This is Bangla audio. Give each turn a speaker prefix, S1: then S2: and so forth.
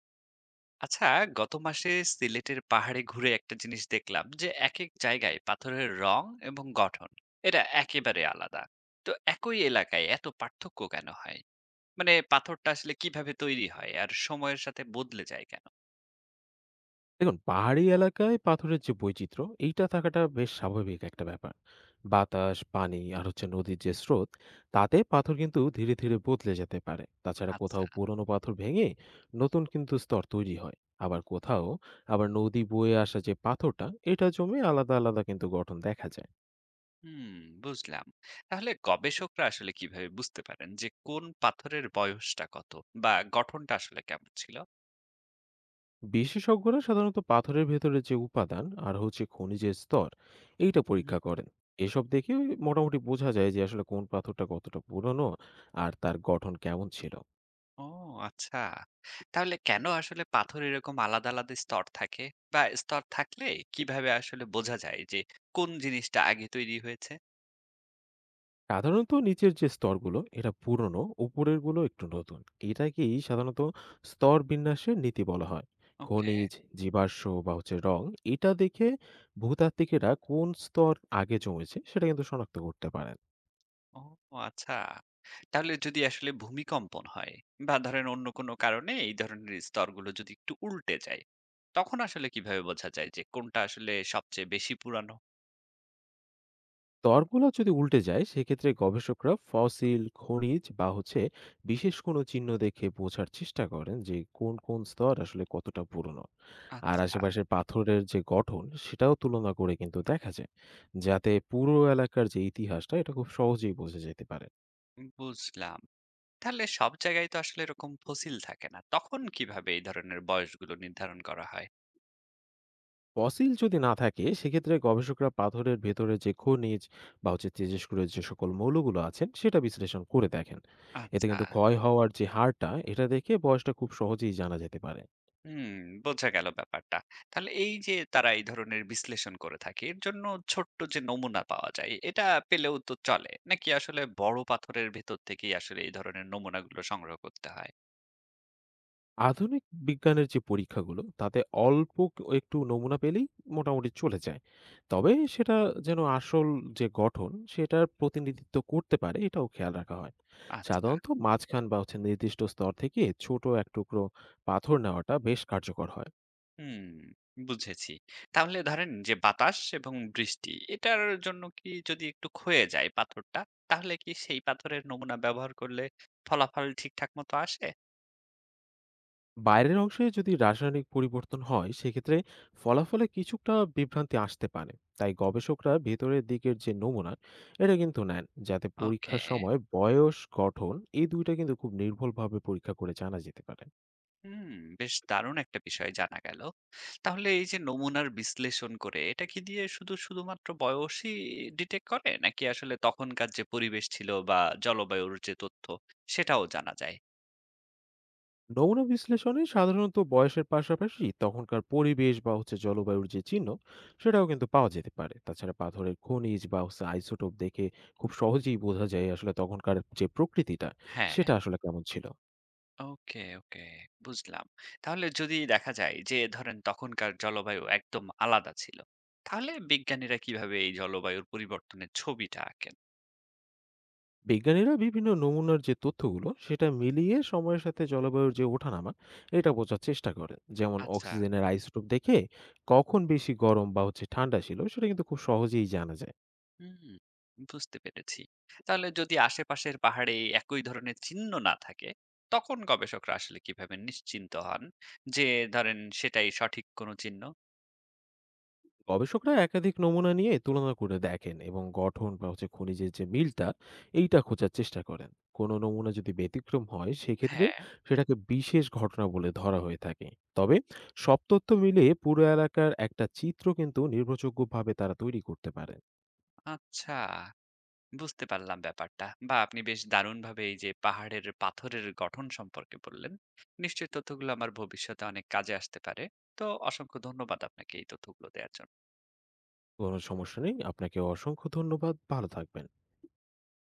S1: আচ্ছা, গত মাসে সিলেটের পাহাড়ে ঘুরে একটা জিনিস দেখলাম যে এক এক জায়গায় পাথরের রং এবং গঠন এটা একেবারে আলাদা। তো একই এলাকায় এত পার্থক্য কেন হয়? মানে পাথরটা আসলে কিভাবে তৈরি হয় আর সময়ের সাথে বদলে যায় কেন?
S2: দেখুন, পাহাড়ি এলাকায় পাথরের যে বৈচিত্র্য, এইটা থাকাটা বেশ স্বাভাবিক একটা ব্যাপার। বাতাস, পানি আর হচ্ছে নদীর যে স্রোত, তাতে পাথর কিন্তু ধীরে ধীরে বদলে যেতে পারে। তাছাড়া
S1: আচ্ছা।
S2: কোথাও পুরনো পাথর ভেঙে নতুন কিন্তু স্তর তৈরি হয়। আবার কোথাও নদী বয়ে আসা যে পাথরটা, এটা জমে আলাদা আলাদা কিন্তু গঠন দেখা যায়।
S1: হুম, বুঝলাম। তাহলে গবেষকরা আসলে কিভাবে বুঝতে পারেন যে কোন পাথরের বয়সটা কত বা গঠনটা আসলে কেমন ছিল?
S2: বিশেষজ্ঞরা সাধারণত পাথরের ভেতরে যে উপাদান আর হচ্ছে খনিজের স্তর এইটা পরীক্ষা করেন। এসব দেখে মোটামুটি বোঝা যায় যে আসলে কোন পাথরটা কতটা পুরনো আর তার গঠন কেমন ছিল।
S1: ও আচ্ছা। তাহলে কেন আসলে পাথর এরকম আলাদা, আলাদা স্তর থাকে? বা স্তর থাকলে কিভাবে আসলে বোঝা যায় যে কোন জিনিসটা আগে তৈরি হয়েছে?
S2: সাধারণত নিচের যে স্তরগুলো এটা পুরনো, উপরের গুলো একটু নতুন। এটাকেই সাধারণত স্তর বিন্যাসের নীতি বলা হয়।
S1: ওকে।
S2: খনিজ, জীবাশ্ম বা হচ্ছে রং, এটা দেখে ভূতাত্ত্বিকেরা কোন স্তর আগে জমেছে সেটা কিন্তু শনাক্ত করতে পারেন।
S1: ও আচ্ছা। তাহলে যদি আসলে ভূমিকম্পন হয় বা ধরেন অন্য কোনো কারণে এই ধরনের স্তরগুলো যদি একটু উল্টে যায়, তখন আসলে কিভাবে বোঝা যায় যে কোনটা আসলে সবচেয়ে বেশি পুরানো?
S2: স্তরগুলো যদি উল্টে যায়, সেক্ষেত্রে গবেষকরা ফসিল, খনিজ বা হচ্ছে বিশেষ কোনো চিহ্ন দেখে বোঝার চেষ্টা করেন যে কোন কোন স্তর আসলে কতটা পুরনো। আর
S1: আচ্ছা,
S2: আশেপাশের পাথরের যে গঠন সেটাও তুলনা করে কিন্তু দেখা যায়, যাতে পুরো এলাকার যে ইতিহাসটা এটা খুব সহজেই বোঝা যেতে পারে।
S1: বুঝলাম। তাহলে সব জায়গায় তো আসলে এরকম ফসিল থাকে না। তখন কিভাবে এই ধরনের বয়সগুলো নির্ধারণ করা হয়?
S2: ফসিল যদি না থাকে, সেক্ষেত্রে গবেষকরা পাথরের ভেতরে যে খনিজ বা হচ্ছে তেজস্ক্রিয় যে সকল মৌলগুলো আছেন সেটা বিশ্লেষণ করে দেখেন। এতে
S1: আচ্ছা।
S2: কিন্তু ক্ষয় হওয়ার যে হারটা এটা দেখে বয়সটা খুব সহজেই জানা যেতে পারে।
S1: হুম, বোঝা গেল ব্যাপারটা। তাহলে এই যে তারা এই ধরনের বিশ্লেষণ করে থাকে, এর জন্য ছোট্ট যে নমুনা পাওয়া যায়, এটা পেলেও তো চলে? নাকি আসলে বড় পাথরের ভেতর থেকেই আসলে এই ধরনের নমুনাগুলো সংগ্রহ করতে হয়?
S2: আধুনিক বিজ্ঞানের যে পরীক্ষাগুলো তাতে অল্প একটু নমুনা পেলেই মোটামুটি চলে যায়। তবে সেটা যেন আসল যে গঠন সেটার প্রতিনিধিত্ব করতে পারে এটাও খেয়াল রাখা হয়।
S1: আচ্ছা,
S2: সাধারণত মাঝখান বা হচ্ছে নির্দিষ্ট স্তর থেকে ছোট এক টুকরো পাথর নেওয়াটা বেশ কার্যকর হয়।
S1: হুম, বুঝেছি। তাহলে ধরেন যে বাতাস এবং বৃষ্টি, এটার জন্য কি যদি একটু ক্ষয়ে যায় পাথরটা, তাহলে কি সেই পাথরের নমুনা ব্যবহার করলে ফলাফল ঠিকঠাক মতো আসে?
S2: বাইরের অংশে যদি রাসায়নিক পরিবর্তন হয় সেক্ষেত্রে ফলাফলে কিছুটা বিভ্রান্তি আসতে পারে। তাই গবেষকরা ভেতরের দিকের যে নমুনা এটা কিন্তু নেন, যাতে
S1: ওকে।
S2: পরীক্ষার সময় বয়স, গঠন এই দুইটা কিন্তু খুব নির্ভুলভাবে পরীক্ষা করে জানা যেতে পারে।
S1: হুম, বেশ দারুণ একটা বিষয় জানা গেল। তাহলে এই যে নমুনার বিশ্লেষণ করে এটা কি দিয়ে শুধু শুধুমাত্র বয়সই ডিটেক্ট করে নাকি আসলে তখনকার যে পরিবেশ ছিল বা জলবায়ুর যে তথ্য সেটাও জানা যায়?
S2: নমুনা বিশ্লেষণে সাধারণত বয়সের পাশাপাশি তখনকার পরিবেশ বা হচ্ছে জলবায়ুর যে চিহ্ন সেটাও কিন্তু পাওয়া যেতে পারে। তাছাড়া পাথরের খনিজ বা হচ্ছে আইসোটোপ দেখে খুব সহজেই বোঝা যায় আসলে তখনকার যে প্রকৃতিটা
S1: হ্যাঁ।
S2: সেটা আসলে কেমন ছিল।
S1: ওকে, ওকে, বুঝলাম। তাহলে যদি দেখা যায় যে ধরেন তখনকার জলবায়ু একদম আলাদা ছিল, তাহলে বিজ্ঞানীরা কিভাবে এই জলবায়ুর পরিবর্তনের ছবিটা আঁকেন?
S2: বিজ্ঞানীরা বিভিন্ন নমুনার যে তথ্যগুলো সেটা মিলিয়ে সময়ের সাথে জলবায়ুর যে ওঠানামা এটা বোঝার চেষ্টা করেন। যেমন
S1: আচ্ছা।
S2: অক্সিজেনের আইসোটোপ দেখে কখন বেশি গরম বা হচ্ছে ঠান্ডা ছিল সেটা কিন্তু খুব সহজেই জানা যায়।
S1: হুম, বুঝতে পেরেছি। তাহলে যদি আশেপাশের পাহাড়ে একই ধরনের চিহ্ন না থাকে, তখন গবেষকরা আসলে কিভাবে নিশ্চিন্ত হন যে ধরেন সেটাই সঠিক কোনো চিহ্ন?
S2: গবেষকরা একাধিক নমুনা নিয়ে তুলনা করে দেখেন এবং গঠন বা হচ্ছে খনিজের যে মিলটা এইটা খোঁজার চেষ্টা করেন। কোনো নমুনা যদি ব্যতিক্রম হয় সেক্ষেত্রে
S1: হ্যাঁ,
S2: সেটাকে বিশেষ ঘটনা বলে ধরা হয়ে থাকে। তবে সব তথ্য মিলিয়ে পুরো এলাকার একটা চিত্র কিন্তু নির্ভরযোগ্যভাবে তারা তৈরি করতে পারে।
S1: আচ্ছা, বুঝতে পারলাম ব্যাপারটা। বা আপনি বেশ দারুণভাবে এই যে পাহাড়ের পাথরের গঠন সম্পর্কে বললেন। নিশ্চয়ই তথ্যগুলো আমার ভবিষ্যতে অনেক কাজে আসতে পারে। তো অসংখ্য ধন্যবাদ আপনাকে এই তথ্যগুলো দেওয়ার জন্য।
S2: কোনো সমস্যা নেই, আপনাকে অসংখ্য ধন্যবাদ, ভালো থাকবেন।